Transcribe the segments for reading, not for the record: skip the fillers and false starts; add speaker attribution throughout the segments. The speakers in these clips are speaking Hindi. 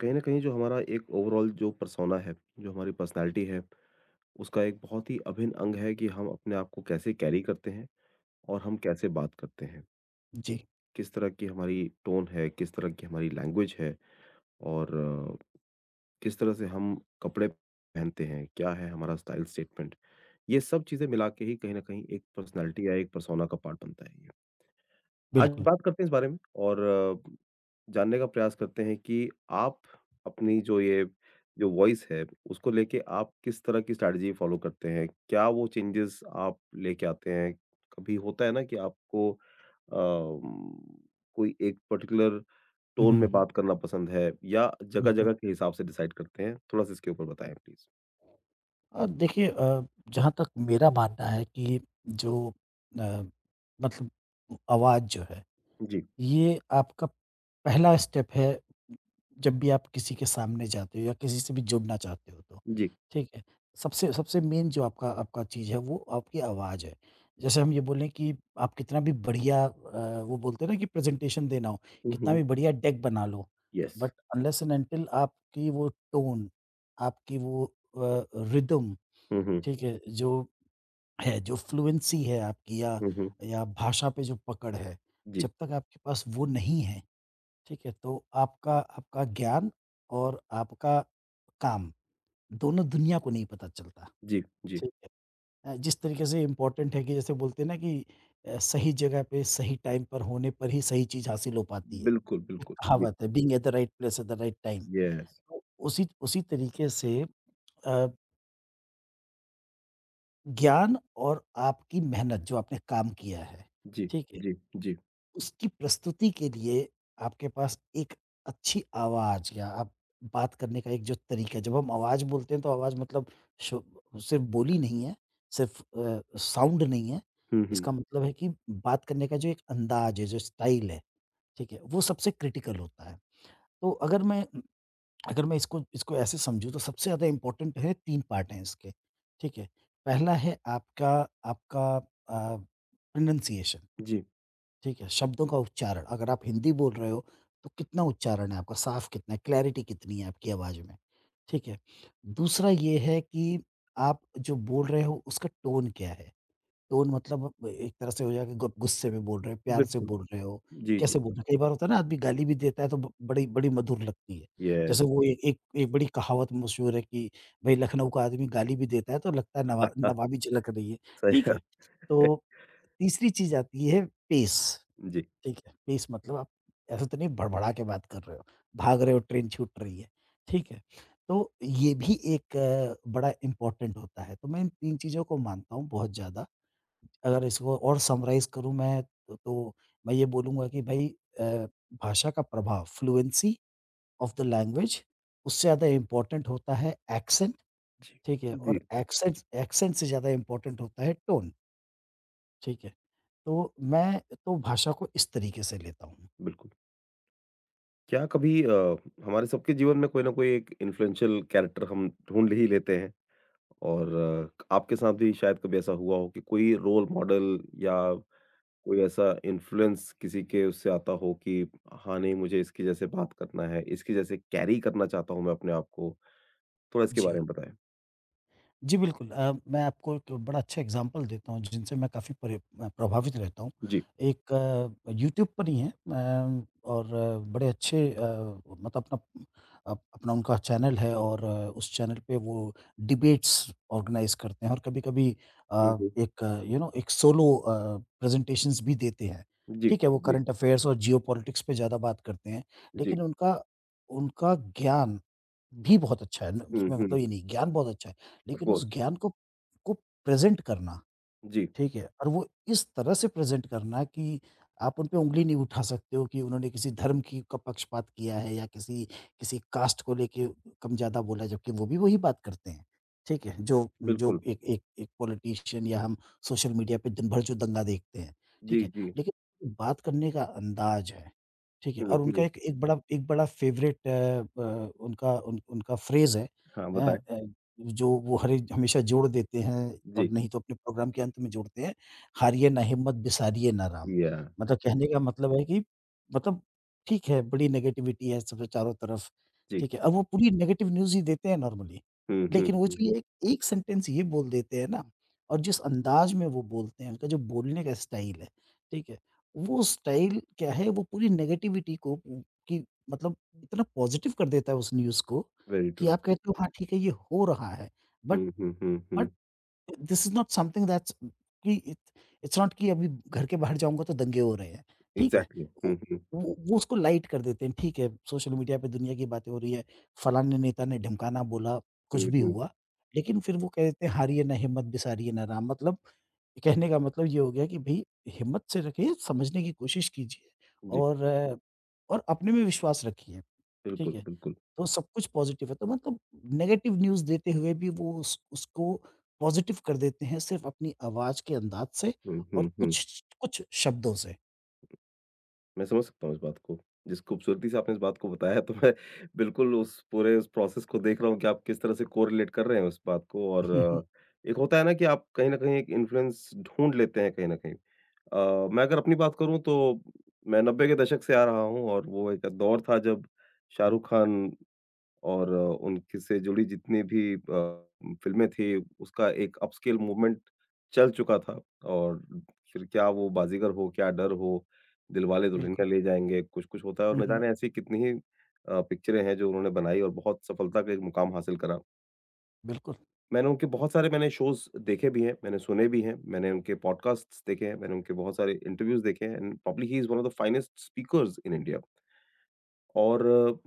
Speaker 1: कहीं न कहीं जो हमारा एक ओवरऑल जो पर्सोना है, जो हमारी पर्सनैलिटी है, उसका एक बहुत ही अभिन्न अंग है कि हम अपने आप को कैसे कैरी करते हैं और हम कैसे बात करते हैं।
Speaker 2: जी,
Speaker 1: किस तरह की हमारी टोन है, किस तरह की हमारी लैंग्वेज है और किस तरह से हम कपड़े पहनते हैं, क्या है हमारा स्टाइल स्टेटमेंट। ये सब चीज़ें मिला के ही कहीं न कहीं एक पर्सनैलिटी या एक पर्सोना का पार्ट बनता है ये। आज
Speaker 2: बिल्कुल।
Speaker 1: बात करते हैं इस बारे में और जानने का प्रयास करते हैं कि आप अपनी जो ये जो वॉइस है, उसको लेके आप किस तरह की स्ट्रैटेजी फॉलो करते हैं? क्या वो चेंजेस आप लेके आते हैं? कभी होता है ना कि आपको कोई एक पर्टिकुलर
Speaker 2: हुँ,
Speaker 1: टोन
Speaker 2: हुँ,
Speaker 1: में
Speaker 2: हुँ,
Speaker 1: बात करना पसंद है या
Speaker 2: बिल्कुल।
Speaker 1: जगह-जगह के हिसाब से डिसाइड करते हैं? थोड़ा-सा इसके ऊपर बताएँ प्लीज़।
Speaker 2: देखिए, जहाँ तक मेरा मानना है कि जो अ, मतलब आवाज़ जो है,
Speaker 1: जी,
Speaker 2: ये आपका पहला स्टेप है जब भी आप किसी के सामने जाते हो या किसी से भी जुड़ना चाहते हो तो,
Speaker 1: जी।
Speaker 2: ठीक है? सबसे सबसे मेन जो आपका आपका चीज़ है वो आपकी आवाज़ है। जैसे हम ये बोलें कि आप कितना भी बढ़िया वो बोलते हैं ना कि प्रेज़ेंटेशन देना हो,
Speaker 1: हुँ,
Speaker 2: कितना
Speaker 1: हुँ।
Speaker 2: भी बढ़िया डेक बना लो,
Speaker 1: yes.
Speaker 2: But unless and until आपकी वो टोन, आपकी वो रिदम,
Speaker 1: हुँ, हुँ।
Speaker 2: ठीक है? जो है, जो फ्लुएंसी है आपकी या
Speaker 1: हुँ, हुँ।
Speaker 2: या भाषा पे जो पकड़ है,
Speaker 1: जी,
Speaker 2: जब तक आपके पास वो नहीं है, ठीक है, तो आपका आपका ज्ञान और आपका काम दोनों दुनिया को नहीं पता चलता।
Speaker 1: जी, जी।
Speaker 2: ठीक है। जिस तरीके से इम्पोर्टेंट है कि जैसे बोलते हैं ना कि सही जगह पे सही टाइम पर होने पर ही सही चीज़ हासिल हो पाती है।
Speaker 1: बिल्कुल,
Speaker 2: एक
Speaker 1: बिल्कुल। जी,
Speaker 2: कहावत है being at the right place at the right time.
Speaker 1: Yes.
Speaker 2: तो उसी उसी तरीके से अ, ज्ञान और आपकी मेहनत जो आपने काम किया है,
Speaker 1: जी,
Speaker 2: ठीक है?
Speaker 1: जी, जी।
Speaker 2: उसकी प्रस्तुति के लिए आपके पास एक अच्छी आवाज़ या आप बात करने का एक जो तरीका है, जब हम आवाज़ बोलते हैं तो आवाज़ मतलब शो सिर्फ़ बोली नहीं है, सिर्फ़ साउंड नहीं है।
Speaker 1: हुँ, हुँ।
Speaker 2: इसका मतलब है कि बात करने का जो एक अंदाज़ है, जो स्टाइल है, ठीक है? वो सबसे क्रिटिकल होता है। तो अगर मैं इसको इसको ऐसे समझूँ तो सबसे ज़्यादा इम्पोर्टेंट है, 3 पार्ट हैं इसके, ठीक है? पहला है आपका आपका प्रोनंसिएशन,
Speaker 1: जी,
Speaker 2: ठीक है, शब्दों का उच्चारण। अगर आप हिंदी बोल रहे हो, तो कितना उच्चारण है आपका, साफ़ कितना है, क्लैरिटी कितनी है आपकी आवाज़ में, ठीक है। दूसरा ये है कि आप जो बोल रहे हो उसका टोन क्या है? टोन मतलब एक तरह से हो जाएगा गु गुस्से में बोल रहे हो, प्यार से
Speaker 1: बिल्कुल।
Speaker 2: बोल रहे हो,
Speaker 1: जी, जी।
Speaker 2: कैसे बोल रहे हो? कई बार होता है ना आदमी गाली भी देता है तो ब बड़ी बड़ी मधुर लगती है। जैसे
Speaker 1: यस।
Speaker 2: वो ए एक एक बड़ी कहावत मशहूर है कि भई लखनऊ का आदमी गाली भी देता है तो लगता है
Speaker 1: हाँ,
Speaker 2: नवाबी झलक रही है,
Speaker 1: सही
Speaker 2: ठीक है।
Speaker 1: बात है।
Speaker 2: तो तीसरी चीज़ आती है पेस।
Speaker 1: जी,
Speaker 2: ठीक है, पेस मतलब आप ऐसा तो नहीं भड़बड़ा के बात कर रहे हो, भाग रहे हो ट्रेन छूट रही है, ठीक है? तो ये भी एक बड़ा इम्पोर्टेंट होता है, तो मैं इन 3 चीज़ों को मानता हूँ बहुत ज़्यादा। अगर इसको और समराइज़ करूँ मैं तो मैं ये बोलूँगा कि भई, अ, भाषा का प्रभाव फ्लुएंसी ऑफ द लैंग्वेज, उससे ज़्यादा इम्पोर्टेंट होता है एक्सेंट,
Speaker 1: जी,
Speaker 2: ठीक है?
Speaker 1: जी,
Speaker 2: और एक्सेंट एक्सेंट से ज़्यादा इम्पोर्टेंट होता है टोन, ठीक है? तो मैं तो भाषा को इस तरीके से लेता हूँ।
Speaker 1: बिल्कुल। क्या कभी हमारे सबके जीवन में कोई ना कोई एक इन्फ्लुएंशियल कैरेक्टर हम ढूँढ ही लेते हैं और आपके साथ भी शायद कभी ऐसा हुआ हो कि कोई रोल मॉडल या कोई ऐसा इन्फ्लुएंस किसी के उससे आता हो कि हाँ, नहीं मुझे इसके जैसे बात करना है, इसके जैसे कैरी करना चाहता हूँ मैं अपने आप को। थोड़ा इसके बारे
Speaker 2: जी।
Speaker 1: में बताएँ?
Speaker 2: जी, बिल्कुल। मैं आपको एक बड़ा अच्छा एग्ज़ाम्पल देता हूँ जिनसे मैं काफ़ी परे प्रभावित रहता हूँ।
Speaker 1: जी।
Speaker 2: एक यूट्यूब पर ही है, बड़े अच्छे मतलब अपना अप अपना उनका चैनल है और उस चैनल पे वो डिबेट्स ऑर्गेनाइज़ करते हैं और कभी-कभी
Speaker 1: हुँ, हुँ।
Speaker 2: एक यू नो एक सोलो प्रेज़ेंटेशंस भी देते हैं।
Speaker 1: जी,
Speaker 2: ठीक है, वो
Speaker 1: जी,
Speaker 2: करंट अफ़ेयर्स और जियोपॉलिटिक्स पे ज़्यादा बात करते हैं।
Speaker 1: जी।
Speaker 2: लेकिन उनका उनका ज्ञान भी बहुत अच्छा है, न
Speaker 1: हुँ,
Speaker 2: उसमें
Speaker 1: हुँ,
Speaker 2: मतलब
Speaker 1: हुँ,
Speaker 2: ये नहीं ज्ञान बहुत अच्छा है,
Speaker 1: ऑफ़
Speaker 2: लेकिन उस
Speaker 1: कोर्स।
Speaker 2: ज्ञान को को प्रेज़ेंट करना,
Speaker 1: जी,
Speaker 2: ठीक है? और वो इस तरह से प्रेज़ेंट करना कि आप उन पे उँगली नहीं उठा सकते हो कि उन्होंने किसी धर्म की का पक्षपात किया है या किसी किसी कास्ट को लेके कम-ज़्यादा बोला है, जबकि वो भी वही बात करते हैं, ठीक है? जो जो
Speaker 1: बिल्कुल।
Speaker 2: एक एक एक पॉलिटिशियन या हम सोशल मीडिया पे दिन भर जो दंगा देखते हैं, ठीक
Speaker 1: जी,
Speaker 2: है?
Speaker 1: जी।
Speaker 2: लेकिन बात करने का अंदाज़ है। ठीक है।
Speaker 1: हुँ,
Speaker 2: और उनका
Speaker 1: हुँ।
Speaker 2: एक एक बड़ा फ़ेवरेट अ, ब उनका उन उनका फ्रेज़ है,
Speaker 1: हाँ,
Speaker 2: हैं
Speaker 1: बताएँ।
Speaker 2: अ, जो वो हरे हमेशा जोड़ देते हैं और
Speaker 1: जी,
Speaker 2: नहीं तो अपने प्रोग्राम के अंत में जोड़ते हैं, "हारिए ना हिम्मत, बिसारिए ना राम।"
Speaker 1: या
Speaker 2: मतलब कहने का मतलब है कि मतलब ठीक है, बड़ी नेगेटिविटी है सब चारों तरफ,
Speaker 1: जी।
Speaker 2: ठीक है। अब वो पूरी नेगेटिव न्यूज़ ही देते हैं नॉर्मली,
Speaker 1: हुँ, हुँ,
Speaker 2: लेकिन वो
Speaker 1: हुँ।
Speaker 2: जो एक एक सेंटेंस ये बोल देते हैं ना और जिस अंदाज़ में वो बोलते हैं, उनका जो बोलने का स्टाइल है, ठीक है। वो स्टाइल क्या है, वो पूरी नेगेटिविटी को उ कि मतलब इतना पॉज़िटिव कर देता है उस न्यूज़ को,
Speaker 1: वेरी
Speaker 2: कि
Speaker 1: ट्रू।
Speaker 2: आप कहते हो हाँ, ठीक है ये हो रहा है। बट
Speaker 1: हुँ, हुँ, हुँ,
Speaker 2: बट
Speaker 1: हुँ।
Speaker 2: This is not something that's कि इत इट्स नॉट कि अभी घर के बाहर जाऊँगा तो दंगे हो रहे हैं, ठीक है?
Speaker 1: एग्ज़ैक्टली।
Speaker 2: वो
Speaker 1: हुँ, हुँ।
Speaker 2: वो उसको लाइट कर देते हैं, ठीक है, सोशल मीडिया पे दुनिया की बातें हो रही है, फलाने नेता ने ढिमकाना बोला, कुछ
Speaker 1: हुँ,
Speaker 2: भी
Speaker 1: हुँ।
Speaker 2: हुआ। लेकिन फिर वो कह देते हैं हारिए ना हिम्मत बिसारिए ना राम, मतलब कहने का मतलब ये हो गया कि भई हिम्मत से रखिए, समझने की कोशिश कीजिए
Speaker 1: जी,
Speaker 2: और और अपने में विश्वास रखिए, ठीक
Speaker 1: बिल्कुल,
Speaker 2: है?
Speaker 1: बिल्कुल।
Speaker 2: तो सब कुछ पॉज़िटिव है, तो मतलब नेगेटिव न्यूज़ देते हुए भी वो उस उसको पॉज़िटिव कर देते हैं सिर्फ़ अपनी आवाज़ के अंदाज़ से
Speaker 1: हुँ,
Speaker 2: और
Speaker 1: हुँ, हुँ।
Speaker 2: कुछ कुछ शब्दों से।
Speaker 1: मैं समझ सकता हूँ इस बात को। जिस खूबसूरती से आपने इस बात को बताया तो मैं बिल्कुल उस पूरे उस प्रोसेस को देख रहा हूँ कि आप किस तरह से कोरिलेट कर रहे हैं उस बात को और
Speaker 2: हुँ, हुँ।
Speaker 1: एक होता है ना कि आप कहीं न कहीं एक इन्फ्लुएंस ढूँढ लेते हैं कहीं न कहीं। मैं अगर अपनी बात करूँ तो मैं 90 के दशक से आ रहा हूँ और वो एक दौर था जब शाहरुख खान और उनके से जुड़ी जितनी भी फ़िल्में थी, उसका एक अपस्केल मूवमेंट चल चुका था और फिर क्या वो बाज़ीगर हो, क्या डर हो, दिलवाले दुल्हनिया
Speaker 2: बिल्कुल।
Speaker 1: ले जाएँगे, कुछ-कुछ होता है और
Speaker 2: हुँ,
Speaker 1: न
Speaker 2: हुँ।
Speaker 1: जाने ऐसी कितनी ही पिक्चरें हैं जो उन्होंने बनाई और बहुत सफलता का एक मुकाम हासिल करा।
Speaker 2: बिल्कुल।
Speaker 1: मैंने उनके बहुत सारे मैंने शोज़ देखे भी हैं, मैंने सुने भी हैं, मैंने उनके पॉडकास्ट्स देखे हैं, मैंने उनके बहुत सारे इंटरव्यूज़ देखे हैं and probably he is one of the finest speakers in India और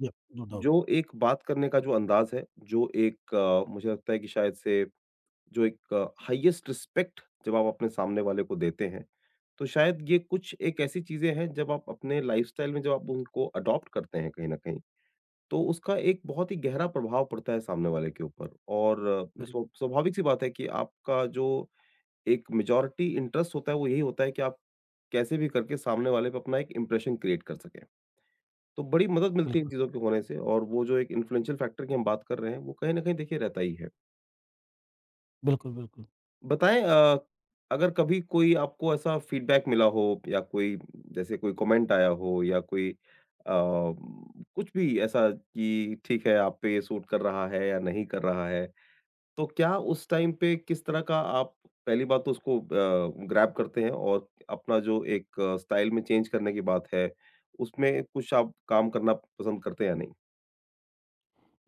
Speaker 2: यप, नो डाउट।
Speaker 1: जो एक बात करने का जो अंदाज़ है, जो एक मुझे लगता है कि शायद से जो एक हाईएस्ट रिस्पेक्ट जब आप अपने सामने वाले को देते हैं, तो शायद ये कुछ एक ऐसी चीज़ें हैं जब आप अपने लाइफ़स्टाइल में जब आप उनको अडॉप्ट करते हैं कहीं न कहीं, तो उसका एक बहुत ही गहरा प्रभाव पड़ता है सामने वाले के ऊपर और
Speaker 2: बिल
Speaker 1: स्वाभाविक-सी बात है कि आपका जो एक मेजॉरिटी इंटरेस्ट होता है, वो यही होता है कि आप कैसे भी करके सामने वाले पे अपना एक इम्प्रेशन क्रिएट कर सकें। तो बड़ी मदद मिलती है इन
Speaker 2: बिल्कुल।
Speaker 1: चीज़ों के होने से और वो जो एक इन्फ्लुएंशियल फैक्टर की हम बात कर रहे हैं, वो कहीं न कहीं देखिए रहता ही है।
Speaker 2: बिल्कुल।
Speaker 1: बताएँ अगर कभी कोई आपको ऐसा फीडबैक मिला हो या कोई जैसे कोई कमेंट आया हो या कोई कुछ भी ऐसा कि ठीक है, आप पे ये सूट कर रहा है या नहीं कर रहा है, तो क्या उस टाइम पे किस तरह का आप पहली बात तो उसको ग्रैब करते हैं और अपना जो एक स्टाइल में चेंज करने की बात है, उसमें कुछ आप काम करना पसंद करते हैं या नहीं?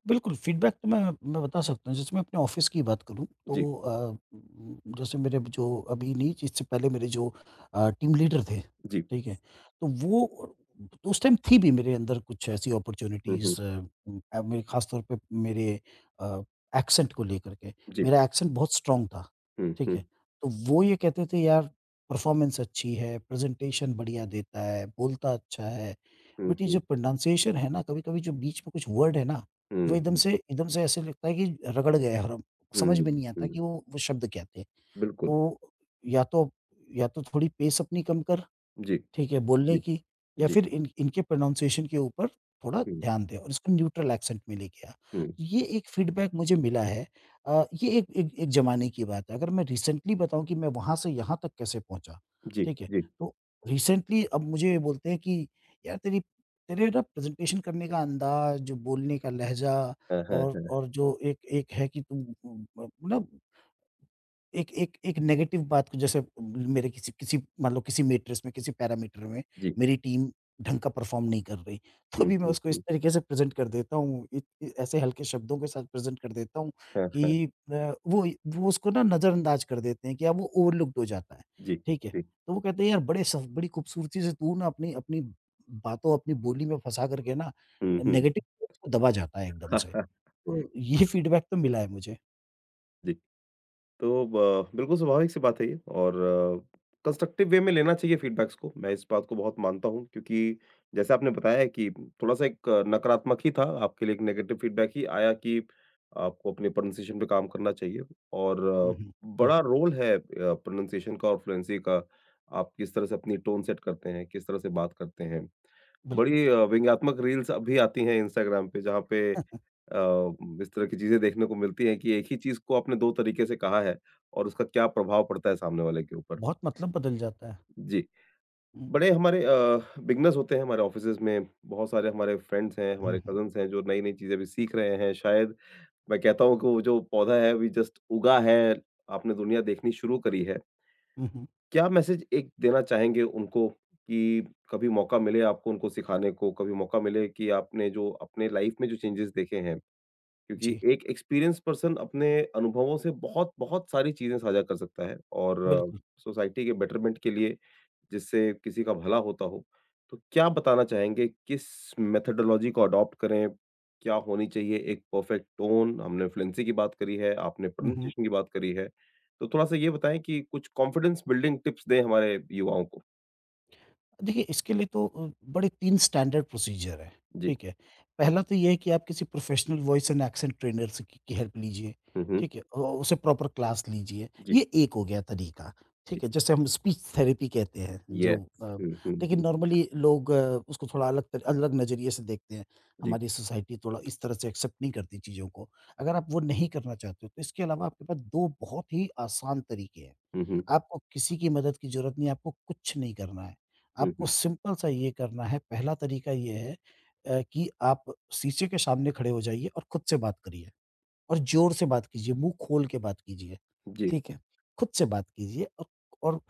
Speaker 2: बिल्कुल, फ़ीडबैक तो मैं बता सकता हूँ। जैसे मैं अपने ऑफ़िस की बात करूँ
Speaker 1: जी,
Speaker 2: तो जैसे मेरे जो अभी नहीं इससे पहले मेरे जो टीम लीडर थे,
Speaker 1: जी।
Speaker 2: ठीक है? तो वो तो उस टाइम थी भी मेरे अंदर कुछ ऐसी
Speaker 1: हुँ, हुँ।
Speaker 2: अपॉर्च्युनिटीज़ मेरे ख़ासतौर पे मेरे अ, एक्सेंट को लेकर के।
Speaker 1: जी।
Speaker 2: मेरा एक्सेंट बहुत स्ट्रॉन्ग था,
Speaker 1: हुँ,
Speaker 2: ठीक
Speaker 1: हुँ,
Speaker 2: है? तो वो ये कहते थे यार परफ़ॉर्मेंस अच्छी है, प्रेज़ेंटेशन बढ़िया देता है, बोलता अच्छा है।
Speaker 1: हुँ,
Speaker 2: बट ये
Speaker 1: हुँ,
Speaker 2: जो प्रोनंसिएशन है ना, कभी-कभी जो बीच में कुछ वर्ड है ना
Speaker 1: हुँ,
Speaker 2: वो एकदम
Speaker 1: हुँ,
Speaker 2: से एकदम से ऐसे लगता है कि रगड़ गए और हम समझ में
Speaker 1: हुँ,
Speaker 2: नहीं आता
Speaker 1: हुँ।
Speaker 2: कि वो शब्द क्या थे।
Speaker 1: बिल्कुल।
Speaker 2: तो या तो या तो थोड़ी पेस अपनी कम कर,
Speaker 1: जी,
Speaker 2: ठीक है, बोलने
Speaker 1: जी,
Speaker 2: की, या
Speaker 1: जी।
Speaker 2: फिर इन इनके प्रोनाउंसिएशन के ऊपर थोड़ा
Speaker 1: हुँ,
Speaker 2: ध्यान दें और इसको न्यूट्रल एक्सेंट में लेके आ।
Speaker 1: हुँ।
Speaker 2: ये एक फीडबैक मुझे मिला है। अ, ये एक एक एक ज़माने की बात है। अगर मैं रिसेंटली बताऊँ कि मैं वहाँ से यहाँ तक कैसे पहुँचा,
Speaker 1: जी,
Speaker 2: ठीक है?
Speaker 1: जी।
Speaker 2: तो रिसेंटली अब मुझे बोलते हैं कि यार तेरी तेरे ना प्रेज़ेंटेशन करने का अंदाज़, जो बोलने का लहज़ा
Speaker 1: हाँ, हाँ, हाँ।
Speaker 2: और जो एक एक है कि तुम मतलब एक एक एक नेगेटिव बात को जैसे मेरे किसी किसी मान लो किसी मैट्रिक्स में, किसी पैरामीटर में
Speaker 1: जी।
Speaker 2: मेरी टीम ढंग का परफ़ॉर्म नहीं कर रही, तो
Speaker 1: हुँ,
Speaker 2: भी मैं
Speaker 1: हुँ,
Speaker 2: उसको इस
Speaker 1: हुँ।
Speaker 2: तरीके से प्रेज़ेंट कर देता हूँ, इत इ ऐसे हल्के शब्दों के साथ प्रेज़ेंट कर देता हूँ
Speaker 1: हाँ, हाँ।
Speaker 2: कि वो वो उसको ना नज़रअंदाज कर देते हैं कि अब वो ओवरलूक्ड हो जाता है,
Speaker 1: जी,
Speaker 2: ठीक है?
Speaker 1: जी।
Speaker 2: तो वो कहते हैं, "यार बड़े सफ बड़ी खूबसूरती से तू ना अपनी अपनी बातों, अपनी बोली में फँसा कर के ना
Speaker 1: हुँ, हुँ।
Speaker 2: नेगेटिव सोच को दबा जाता है एकदम से।" तो ये फीडबैक तो मिला है मुझे।
Speaker 1: जी। तो ब बिल्कुल स्वाभाविक सी बात है ये और कंस्ट्रक्टिव वे में लेना चाहिए फीडबैक्स को, मैं इस बात को बहुत मानता हूँ क्योंकि जैसे आपने बताया है कि थोड़ा-सा एक नकारात्मक ही था, आपके लिए एक नेगेटिव फीडबैक ही आया कि आपको अपने प्रोनंसिएशन पे काम करना चाहिए और
Speaker 2: हुँ, हुँ।
Speaker 1: बड़ा
Speaker 2: बिल्कुल,
Speaker 1: रोल है प्रोनंसिएशन का और फ्लुएंसी का। आप किस तरह से अपनी टोन सेट करते हैं, किस तरह से बात करते हैं।
Speaker 2: बिल्कुल।
Speaker 1: बड़ी व्यंग्यात्मक रील्स अब भी आती हैं इंस्टाग्राम पे जहाँ पे अ, इस तरह की चीज़ें देखने को मिलती हैं कि एक ही चीज़ को आपने 2 तरीके से कहा है और उसका क्या प्रभाव पड़ता है सामने वाले के ऊपर।
Speaker 2: बहुत मतलब बदल जाता है।
Speaker 1: जी,
Speaker 2: हुँ,
Speaker 1: बड़े हमारे बिगिनर्स होते हैं हमारे ऑफिसेज़ में, बहुत सारे हमारे फ्रेंड्स हैं,
Speaker 2: हुँ,
Speaker 1: हमारे
Speaker 2: हुँ।
Speaker 1: कज़िन्स हैं जो नई-नई चीज़ें अभी सीख रहे हैं। शायद मैं कहता हूँ कि वो जो पौधा है अभी जस्ट उगा है, आपने दुनिया देखनी शुरू करी है।
Speaker 2: हुँ, हुँ।
Speaker 1: क्या मैसेज एक देना चाहेंगे उनको कि कभी मौका मिले आपको उनको सिखाने को, कभी मौका मिले कि आपने जो अपने लाइफ़ में जो चेंजेज़ देखे हैं क्योंकि
Speaker 2: जी,
Speaker 1: एक एक्सपीरियंस पर्सन अपने अनुभवों से बहुत बहुत सारी चीजें साझा कर सकता है और
Speaker 2: बिल्कुल।
Speaker 1: सोसाइटी के बेटरमेंट के लिए जिससे किसी का भला होता हो तो क्या बताना चाहेंगे किस मेथडोलॉजी को अडॉप्ट करें क्या होनी चाहिए एक परफेक्ट टोन हमने फ्लुएंसी की बात करी है आपने
Speaker 2: हुँ, हुँ।
Speaker 1: प्रोनाउंसिएशन की बात करी है तो थोड़ा सा ये बताएं कि कुछ कॉन्फिडेंस बिल्डिंग टिप्स दें हमारे युवाओं को।
Speaker 2: देखिए, इसके लिए तो बड़े 3 स्टैंडर्ड प्रोसीजर हैं,
Speaker 1: जी।
Speaker 2: ठीक है? पहला तो ये है कि आप किसी professional voice and accent trainer से की हेल्प लीजिए,
Speaker 1: हम्म, हम्म।
Speaker 2: ठीक है? उसे प्रॉपर क्लास लीजिए,
Speaker 1: जी,
Speaker 2: ये एक हो गया तरीका,
Speaker 1: जी।
Speaker 2: ठीक है? जैसे हम स्पीच थेरेपी कहते हैं जो
Speaker 1: यस।
Speaker 2: अ,
Speaker 1: हम्म, हम्म,
Speaker 2: लेकिन
Speaker 1: हम्म।
Speaker 2: नॉर्मली लोग उसको थोड़ा अलग तर अलग नज़रिए से देखते हैं,
Speaker 1: जी।
Speaker 2: हमारी सोसाइटी थोड़ा इस तरह से एक्सेप्ट नहीं करती चीज़ों को। अगर आप वो नहीं करना चाहते हो, तो इसके अलावा आपके पास 2 बहुत ही आसान तरीके हैं।
Speaker 1: हम्म, हम्म,
Speaker 2: आपको किसी की मदद की ज़रूरत नहीं है, आपको कुछ नहीं करना है।
Speaker 1: हम्म, हम्म।
Speaker 2: आपको सिंपल सा ये करना है, पहला तरीका ये है, कि आप शीशे के सामने खड़े हो जाइए और खुद से बात करिए। और ज़ोर से बात कीजिए, मुँह खोल के बात कीजिए,
Speaker 1: जी।
Speaker 2: ठीक है? खुद से बात कीजिए और और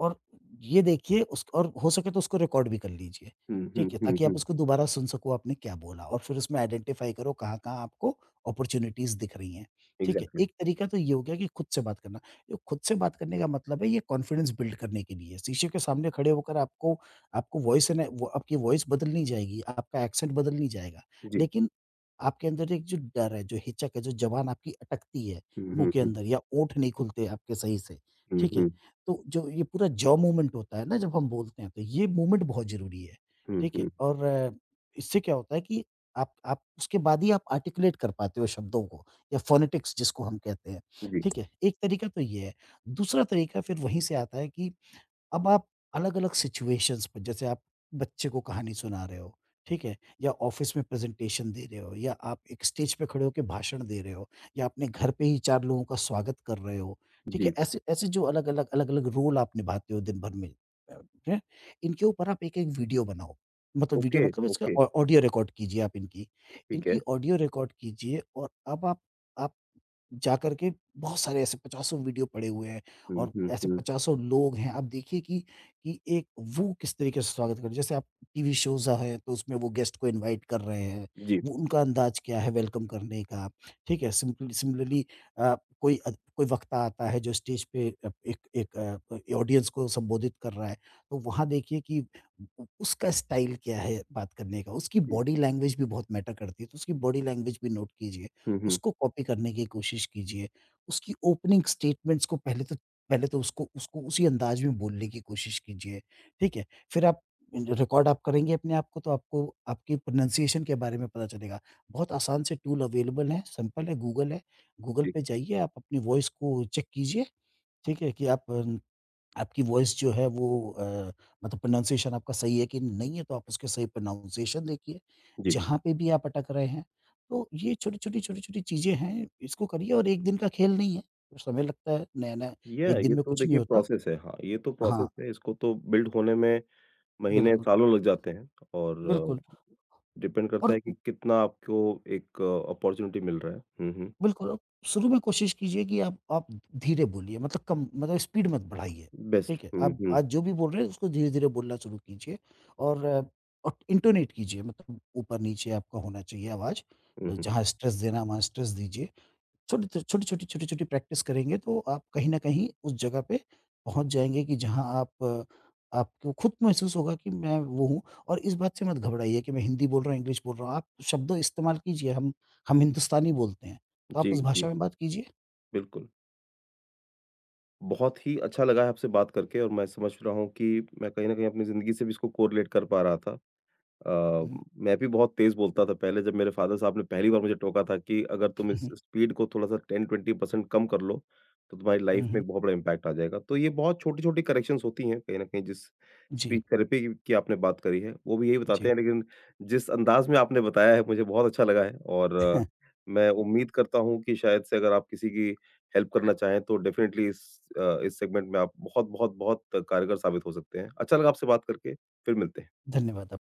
Speaker 2: और ये देखिए उस और हो सके तो उसको रिकॉर्ड भी कर लीजिए,
Speaker 1: हम्म, हम्म,
Speaker 2: ठीक है?
Speaker 1: हम्म,
Speaker 2: ताकि आप
Speaker 1: हम्म।
Speaker 2: उसको दोबारा सुन सको आपने क्या बोला और फिर उसमें आइडेंटिफ़ाई करो कहाँ-कहाँ आपको अपॉर्च्युनिटीज़ दिख रही हैं, ठीक है?
Speaker 1: एग्ज़ैक्टली।
Speaker 2: एक तरीका तो ये हो गया कि खुद से बात करना। ये खुद से बात करने का मतलब है ये कॉन्फिडेंस बिल्ड करने के लिए है। शीशे के सामने खड़े होकर आपको आपको वॉइस है ना, वो आपकी वॉइस बदल नहीं जाएगी, आपका एक्सेंट बदल नहीं जाएगा,
Speaker 1: जी।
Speaker 2: लेकिन आपके अंदर एक जो डर है, जो हिचक है, जो ज़बान आपकी अटकती है
Speaker 1: हुँ,
Speaker 2: मुँह
Speaker 1: हुँ,
Speaker 2: के
Speaker 1: हुँ।
Speaker 2: अंदर या ओंठ नहीं खुलते आपके सही से,
Speaker 1: हुँ,
Speaker 2: ठीक है?
Speaker 1: हुँ।
Speaker 2: तो जो ये पूरा जॉ मूवमेंट होता है ना जब हम बोलते हैं तो ये मूवमेंट बहुत ज़रूरी है,
Speaker 1: हुँ,
Speaker 2: ठीक है?
Speaker 1: हुँ।
Speaker 2: और इससे क्या होता है कि आप उसके बाद ही आप आर्टिकुलेट कर पाते हो शब्दों को या फ़ोनेटिक्स जिसको हम कहते हैं,
Speaker 1: जी,
Speaker 2: ठीक है? एक तरीका तो ये है। दूसरा तरीका फिर वहीं से आता है कि अब आप अलग-अलग सिचुएशंस पे, जैसे आप बच्चे को कहानी सुना रहे हो, ठीक है? या ऑफ़िस में प्रेज़ेंटेशन दे रहे हो या आप एक स्टेज पे खड़े होके भाषण दे रहे हो या अपने घर पे ही 4 लोगों का स्वागत कर रहे हो, ठीक
Speaker 1: जी।
Speaker 2: है? ऐसे ऐसे जो अलग-अलग रोल आप निभाते हो दिन भर में, अ, हैं, इनके ऊपर आप एक-एक वीडियो बनाओ। मतलब वीडियो
Speaker 1: ओके,
Speaker 2: मतलब इसका
Speaker 1: ओके,
Speaker 2: ऑ ऑडियो रिकॉर्ड कीजिए आप इनकी।
Speaker 1: ठीक
Speaker 2: इनकी
Speaker 1: है।
Speaker 2: ऑडियो रिकॉर्ड कीजिए और अब आप जा करके, बहुत सारे ऐसे पचासों वीडियो पड़े हुए हैं
Speaker 1: हुँ,
Speaker 2: और
Speaker 1: हुँ,
Speaker 2: ऐसे
Speaker 1: हुँ।
Speaker 2: पचासों लोग हैं। आप देखिए कि एक वो किस तरीके से स्वागत कर, जैसे आप टीवी शोज़ है तो उसमें वो गेस्ट को इनवाइट कर रहे हैं,
Speaker 1: जी,
Speaker 2: वो उनका अंदाज़ क्या है वेलकम करने का, ठीक है? सिम्पली सिमिलरली अ, कोई अ, कोई वक्ता आता है जो स्टेज पे अ, एक एक अ, ऑडियंस को संबोधित कर रहा है, तो वहाँ देखिए कि उ उसका स्टाइल क्या है बात करने का, उसकी
Speaker 1: जी।
Speaker 2: बॉडी लैंग्वेज भी बहुत मैटर करती है, तो उसकी बॉडी लैंग्वेज भी नोट कीजिए।
Speaker 1: हुँ, हुँ।
Speaker 2: उसको कॉपी करने की कोशिश कीजिए। उसकी ओपनिंग स्टेटमेंट्स को पहले तो उसको उसको उसी अंदाज में बोलने की कोशिश कीजिए, ठीक है? फिर आप रिकॉर्ड आप करेंगे अपने आप को तो आपको आपकी प्रोनंसिएशन के बारे में पता चलेगा। बहुत आसान से टूल अवेलेबल हैं, सिंपल है। गूगल
Speaker 1: जी,
Speaker 2: पे जाइए आप अपनी वॉइस को चेक कीजिए, ठीक है? कि आप आपकी वॉइस जो है वो मतलब प्रोनाउंसिएशन आपका सही है कि नहीं है, तो आप उसके सही प्रोनाउंसिएशन देखिए,
Speaker 1: जी।
Speaker 2: जहाँ पे भी आप अटक रहे हैं। तो ये छोटी-छोटी चीज़ें हैं, इसको करिए और एक दिन का खेल नहीं है, तो समय लगता है, नया-नया,
Speaker 1: या
Speaker 2: एक
Speaker 1: ये
Speaker 2: दिन में
Speaker 1: तो
Speaker 2: कुछ नहीं
Speaker 1: देखिए
Speaker 2: होता।
Speaker 1: प्रोसेस है। हाँ, ये तो
Speaker 2: हाँ,
Speaker 1: प्रोसेस है, इसको तो बिल्ड होने में महीने,
Speaker 2: बिल्कुल,
Speaker 1: सालों लग जाते हैं और
Speaker 2: बिल्कुल
Speaker 1: डिपेंड करता
Speaker 2: और
Speaker 1: है कि कितना आपको एक अपॉर्च्युनिटी मिल रहा है। हुँ, हुँ।
Speaker 2: बिल्कुल, शुरू में कोशिश कीजिए कि आप धीरे बोलिए मतलब कम मतलब स्पीड मत बढ़ाइए,
Speaker 1: बेस्ट।
Speaker 2: ठीक है?
Speaker 1: हुँ,
Speaker 2: आप
Speaker 1: हुँ।
Speaker 2: आज जो भी बोल रहे हैं उसको धीरे-धीरे बोलना शुरू कीजिए और और इंटोनेट कीजिए, मतलब ऊपर-नीचे आपका होना चाहिए आवाज़,
Speaker 1: हुँ, हुँ।
Speaker 2: जहाँ स्ट्रेस देना है वहाँ स्ट्रेस दीजिए। छोटी-छोटी प्रैक्टिस करेंगे तो आप कहीं न कहीं उस जगह पे पहुँच जाएँगे कि जहाँ आप, आपको खुद महसूस होगा कि मैं वो हूँ। और इस बात से मत घबराइए कि मैं हिंदी बोल रहा हूँ, इंग्लिश बोल रहा हूँ। आप शब्दों इस्तेमाल कीजिए, हम हिंदुस्तानी बोलते हैं, तो आप
Speaker 1: जी,
Speaker 2: उस
Speaker 1: जी,
Speaker 2: भाषा में बात कीजिए।
Speaker 1: बिल्कुल। बहुत ही अच्छा लगा है आपसे बात करके और मैं समझ रहा हूँ कि मैं कहीं न कहीं अपनी ज़िंदगी से भी इसको कोरिलेट कर पा रहा था। अ,
Speaker 2: हुँ,
Speaker 1: मैं भी बहुत तेज़ बोलता था पहले जब मेरे फ़ादर साहब ने पहली बार मुझे टोका था कि अगर तुम इस
Speaker 2: हुँ,
Speaker 1: स्पीड को थोड़ा-सा 10-20% कम कर लो, तो तुम्हारी
Speaker 2: हुँ,
Speaker 1: लाइफ़
Speaker 2: हुँ,
Speaker 1: में
Speaker 2: हुँ।
Speaker 1: एक बहुत बड़ा इम्पैक्ट आ जाएगा। तो ये बहुत छोटी-छोटी करेक्शंस होती हैं कहीं न कहीं जिस
Speaker 2: जी,
Speaker 1: स्पीच थेरेपी की आपने बात करी है, वो भी यही बताते
Speaker 2: जी।
Speaker 1: हैं लेकिन जिस अंदाज़ में आपने बताया है मुझे बहुत अच्छा लगा है और मैं उम्मीद करता हूँ कि शायद से अगर आप किसी की हेल्प करना चाहें तो डेफ़िनेटली इस इस सेगमेंट में आप बहुत-बहुत बहुत बहुत कारगर साबित हो सकते हैं। अच्छा लगा आपसे बात करके, फिर मिलते हैं।
Speaker 2: धन्यवाद आप